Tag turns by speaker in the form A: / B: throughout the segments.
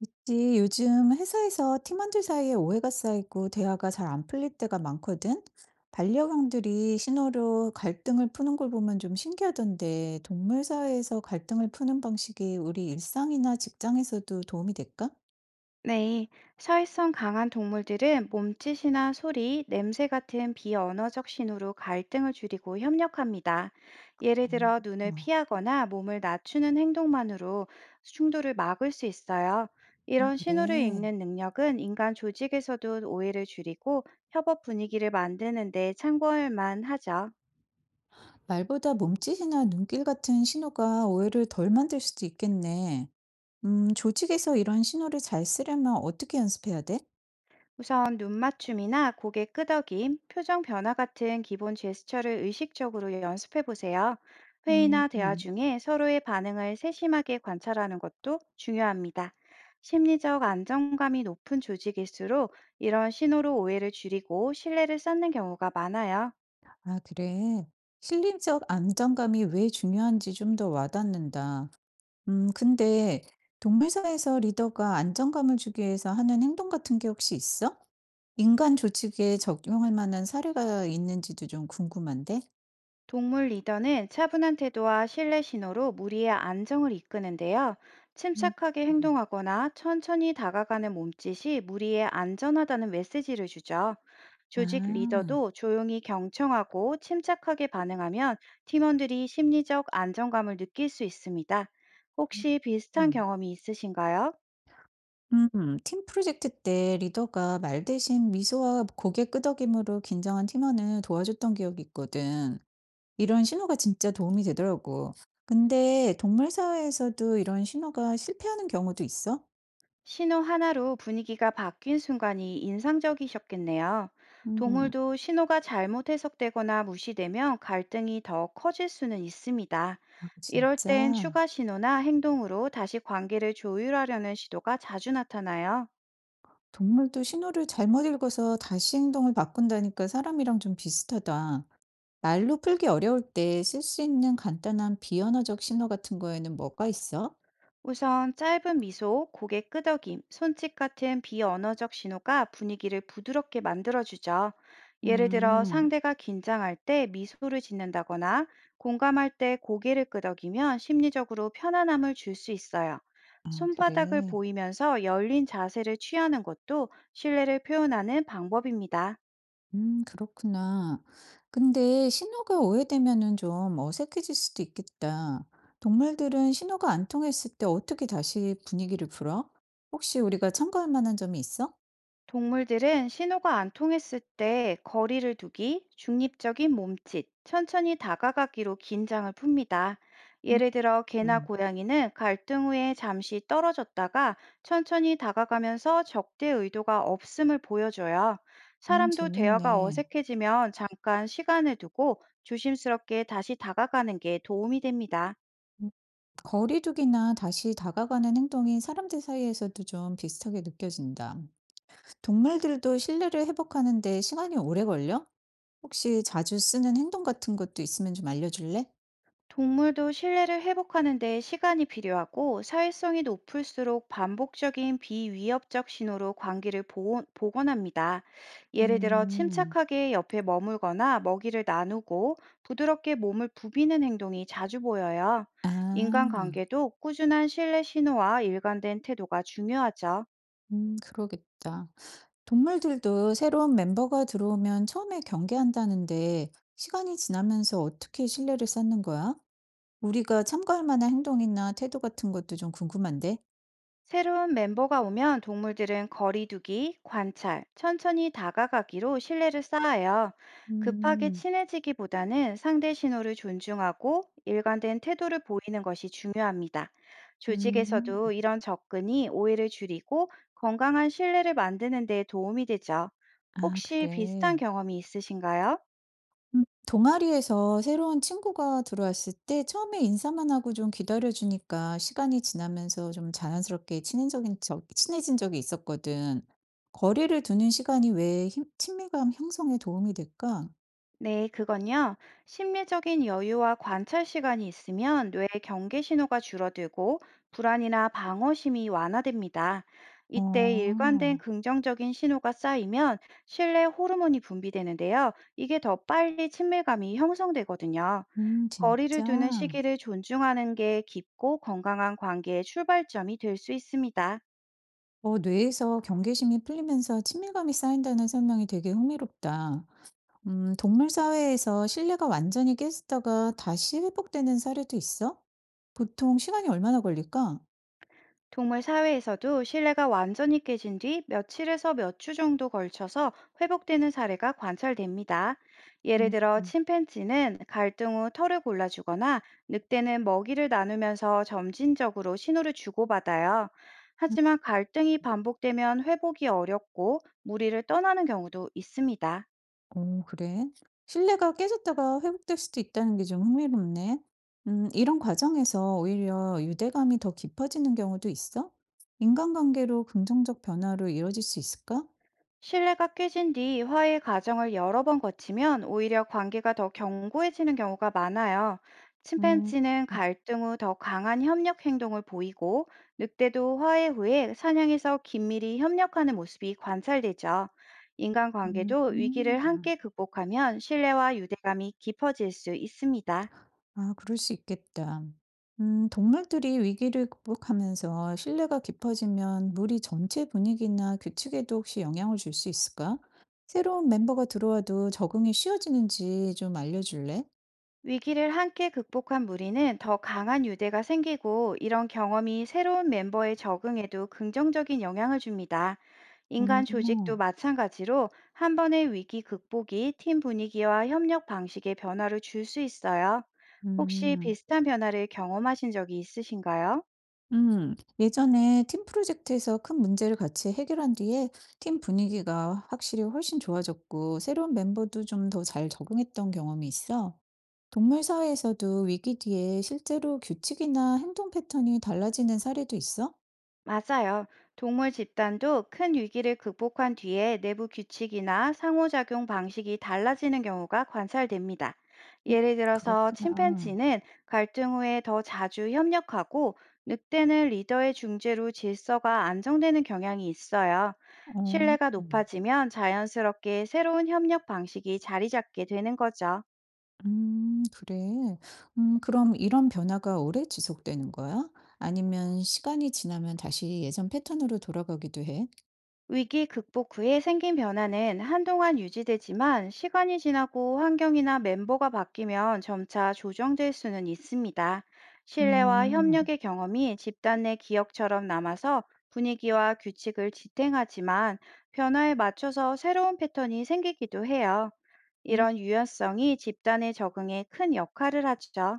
A: 있지. 요즘 회사에서 팀원들 사이에 오해가 쌓이고 대화가 잘 안 풀릴 때가 많거든. 반려견들이 신호로 갈등을 푸는 걸 보면 좀 신기하던데, 동물 사회에서 갈등을 푸는 방식이 우리 일상이나 직장에서도 도움이 될까?
B: 네, 사회성 강한 동물들은 몸짓이나 소리, 냄새 같은 비언어적 신호로 갈등을 줄이고 협력합니다. 예를
A: 어,
B: 들어 눈을
A: 어.
B: 피하거나 몸을 낮추는 행동만으로 충돌을 막을 수 있어요.
A: 아,
B: 이런 신호를
A: 그래.
B: 읽는 능력은 인간 조직에서도 오해를 줄이고 협업 분위기를 만드는 데 참고할 만하죠.
A: 말보다 몸짓이나 눈길 같은 신호가 오해를 덜 만들 수도 있겠네. 조직에서 이런 신호를 잘 쓰려면 어떻게 연습해야 돼?
B: 우선 눈 맞춤이나 고개 끄덕임, 표정 변화 같은 기본 제스처를 의식적으로 연습해 보세요.
A: 음,
B: 회의나 대화
A: 음.
B: 중에 서로의 반응을 세심하게 관찰하는 것도 중요합니다. 심리적 안정감이 높은 조직일수록 이런 신호로 오해를 줄이고 신뢰를 쌓는 경우가 많아요.
A: 아, 그래. 심리적 안정감이 왜 중요한지 좀 더 와닿는다. 근데 동물사에서 리더가 안정감을 주기 위해서 하는 행동 같은 게 혹시 있어? 인간 조직에 적용할 만한 사례가 있는지도 좀 궁금한데?
B: 동물 리더는 차분한 태도와 신뢰 신호로 무리의 안정을 이끄는데요.
A: 음.
B: 침착하게
A: 음.
B: 행동하거나 천천히 다가가는 몸짓이 무리에 안전하다는 메시지를 주죠. 조직
A: 아,
B: 리더도 조용히 경청하고 침착하게 반응하면 팀원들이 심리적 안정감을 느낄 수 있습니다.
A: 음.
B: 혹시 비슷한
A: 음.
B: 경험이 있으신가요?
A: 팀 프로젝트 때 리더가 말 대신 미소와 고개 끄덕임으로 긴장한 팀원을 도와줬던 기억이 있거든. 이런 신호가 진짜 도움이 되더라고. 근데 동물 사회에서도 이런 신호가 실패하는 경우도 있어?
B: 신호 하나로 분위기가 바뀐 순간이 인상적이셨겠네요.
A: 음,
B: 동물도 신호가 잘못 해석되거나 무시되면 갈등이 더 커질 수는 있습니다.
A: 아,
B: 이럴 땐
A: 진짜.
B: 추가 신호나 행동으로 다시 관계를 조율하려는 시도가 자주 나타나요.
A: 동물도 신호를 잘못 읽어서 다시 행동을 바꾼다니까 사람이랑 좀 비슷하다. 말로 풀기 어려울 때 쓸 수 있는 간단한 비언어적 신호 같은 거에는 뭐가 있어?
B: 우선 짧은 미소, 고개 끄덕임, 손짓 같은 비언어적 신호가 분위기를 부드럽게 만들어주죠. 예를 들어
A: 음,
B: 상대가 긴장할 때 미소를 짓는다거나 공감할 때 고개를 끄덕이면 심리적으로 편안함을 줄 수 있어요.
A: 아,
B: 손바닥을
A: 그래.
B: 보이면서 열린 자세를 취하는 것도 신뢰를 표현하는 방법입니다.
A: 그렇구나. 근데 신호가 오해되면은 좀 어색해질 수도 있겠다. 동물들은 신호가 안 통했을 때 어떻게 다시 분위기를 풀어? 혹시 우리가 참고할 만한 점이 있어?
B: 동물들은 신호가 안 통했을 때 거리를 두기, 중립적인 몸짓, 천천히 다가가기로 긴장을 풉니다.
A: 음,
B: 예를 들어 개나
A: 음,
B: 고양이는 갈등 후에 잠시 떨어졌다가 천천히 다가가면서 적대 의도가 없음을 보여줘요.
A: 어,
B: 사람도 대화가
A: 재밌네.
B: 어색해지면 잠깐 시간을 두고 조심스럽게 다시 다가가는 게 도움이 됩니다.
A: 음, 거리두기나 다시 다가가는 행동이 사람들 사이에서도 좀 비슷하게 느껴진다. 동물들도 신뢰를 회복하는데 시간이 오래 걸려? 혹시 자주 쓰는 행동 같은 것도 있으면 좀 알려줄래?
B: 동물도 신뢰를 회복하는 데 시간이 필요하고 사회성이 높을수록 반복적인 비위협적 신호로 관계를 복원합니다. 예를 들어
A: 음,
B: 침착하게 옆에 머물거나 먹이를 나누고 부드럽게 몸을 부비는 행동이 자주 보여요.
A: 아.
B: 인간관계도 꾸준한 신뢰 신호와 일관된 태도가 중요하죠.
A: 그러겠다. 동물들도 새로운 멤버가 들어오면 처음에 경계한다는데 시간이 지나면서 어떻게 신뢰를 쌓는 거야? 우리가 참고할 만한 행동이나 태도 같은 것도 좀 궁금한데?
B: 새로운 멤버가 오면 동물들은 거리두기, 관찰, 천천히 다가가기로 신뢰를 쌓아요. 급하게
A: 음,
B: 친해지기보다는 상대 신호를 존중하고 일관된 태도를 보이는 것이 중요합니다.
A: 음,
B: 조직에서도 이런 접근이 오해를 줄이고 건강한 신뢰를 만드는 데 도움이 되죠.
A: 아,
B: 혹시
A: 그래.
B: 비슷한 경험이 있으신가요?
A: 동아리에서 새로운 친구가 들어왔을 때 처음에 인사만 하고 좀 기다려주니까 시간이 지나면서 좀 자연스럽게 친해진 적이 있었거든. 거리를 두는 시간이 왜 친밀감 형성에 도움이 될까?
B: 네, 그건요. 심리적인 여유와 관찰 시간이 있으면 뇌의 경계 신호가 줄어들고 불안이나 방어심이 완화됩니다. 이때 일관된
A: 어.
B: 긍정적인 신호가 쌓이면 신뢰 호르몬이 분비되는데요. 이게 더 빨리 친밀감이 형성되거든요. 거리를
A: 진짜?
B: 두는 시기를 존중하는 게 깊고 건강한 관계의 출발점이 될 수 있습니다.
A: 어, 뇌에서 경계심이 풀리면서 친밀감이 쌓인다는 설명이 되게 흥미롭다. 동물 사회에서 신뢰가 완전히 깨졌다가 다시 회복되는 사례도 있어? 보통 시간이 얼마나 걸릴까?
B: 동물 사회에서도 신뢰가 완전히 깨진 뒤 며칠에서 몇 주 정도 걸쳐서 회복되는 사례가 관찰됩니다. 예를
A: 음,
B: 들어
A: 음,
B: 침팬지는 갈등 후 털을 골라주거나 늑대는 먹이를 나누면서 점진적으로 신호를 주고받아요.
A: 음.
B: 하지만 갈등이 반복되면 회복이 어렵고 무리를 떠나는 경우도 있습니다.
A: 오, 그래? 신뢰가 깨졌다가 회복될 수도 있다는 게 좀 흥미롭네. 이런 과정에서 오히려 유대감이 더 깊어지는 경우도 있어? 인간관계로 긍정적 변화로 이어질 수 있을까?
B: 신뢰가 깨진 뒤 화해 과정을 여러 번 거치면 오히려 관계가 더 견고해지는 경우가 많아요.
A: 음.
B: 침팬지는
A: 음.
B: 갈등 후 더 강한 협력 행동을 보이고, 늑대도 화해 후에 사냥에서 긴밀히 협력하는 모습이 관찰되죠.
A: 음.
B: 인간관계도 위기를 함께 극복하면 신뢰와 유대감이 깊어질 수 있습니다.
A: 아, 그럴 수 있겠다. 동물들이 위기를 극복하면서 신뢰가 깊어지면 무리 전체 분위기나 규칙에도 혹시 영향을 줄 수 있을까? 새로운 멤버가 들어와도 적응이 쉬워지는지 좀 알려줄래?
B: 위기를 함께 극복한 무리는 더 강한 유대가 생기고 이런 경험이 새로운 멤버의 적응에도 긍정적인 영향을 줍니다. 인간 조직도
A: 음.
B: 마찬가지로 한 번의 위기 극복이 팀 분위기와 협력 방식의 변화를 줄 수 있어요. 혹시
A: 음.
B: 비슷한 변화를 경험하신 적이 있으신가요?
A: 예전에 팀 프로젝트에서 큰 문제를 같이 해결한 뒤에 팀 분위기가 확실히 훨씬 좋아졌고 새로운 멤버도 좀 더 잘 적응했던 경험이 있어. 동물 사회에서도 위기 뒤에 실제로 규칙이나 행동 패턴이 달라지는 사례도 있어?
B: 맞아요. 동물 집단도 큰 위기를 극복한 뒤에 내부 규칙이나 상호작용 방식이 달라지는 경우가 관찰됩니다.
A: 음,
B: 예를 들어서
A: 그렇구나.
B: 침팬지는 갈등 후에 더 자주 협력하고 늑대는 리더의 중재로 질서가 안정되는 경향이 있어요.
A: 어,
B: 신뢰가
A: 어.
B: 높아지면 자연스럽게 새로운 협력 방식이 자리 잡게 되는 거죠.
A: 그래. 그럼 이런 변화가 오래 지속되는 거야? 아니면 시간이 지나면 다시 예전 패턴으로 돌아가기도 해?
B: 위기 극복 후에 생긴 변화는 한동안 유지되지만 시간이 지나고 환경이나 멤버가 바뀌면 점차 조정될 수는 있습니다. 신뢰와
A: 음.
B: 협력의 경험이 집단 내 기억처럼 남아서 분위기와 규칙을 지탱하지만 변화에 맞춰서 새로운 패턴이 생기기도 해요.
A: 음.
B: 이런 유연성이 집단의 적응에 큰 역할을 하죠.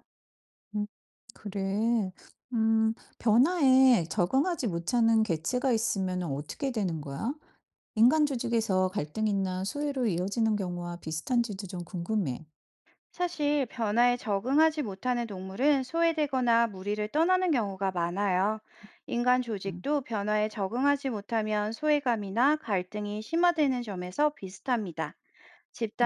A: 음, 그래. 변화에 적응하지 못하는 개체가 있으면 어떻게 되는 거야? 인간 조직에서 갈등이나 소외로 이어지는 경우와 비슷한지도 좀 궁금해.
B: 사실 변화에 적응하지 못하는 동물은 소외되거나 무리를 떠나는 경우가 많아요. 인간
A: 음.
B: 조직도 변화에 적응하지 못하면 소외감이나 갈등이 심화되는 점에서 비슷합니다.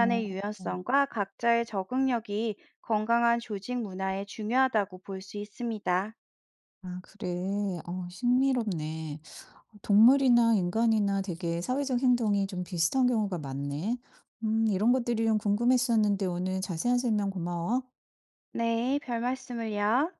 A: 어, 어.
B: 유연성과 각자의 적응력이 건강한 조직 문화에 중요하다고 볼 수 있습니다.
A: 아, 그래. 어, 신미롭네. 동물이나 인간이나 되게 사회적 행동이 좀 비슷한 경우가 많네. 이런 것들이 좀 궁금했었는데 오늘 자세한 설명 고마워.
B: 네, 별 말씀을요.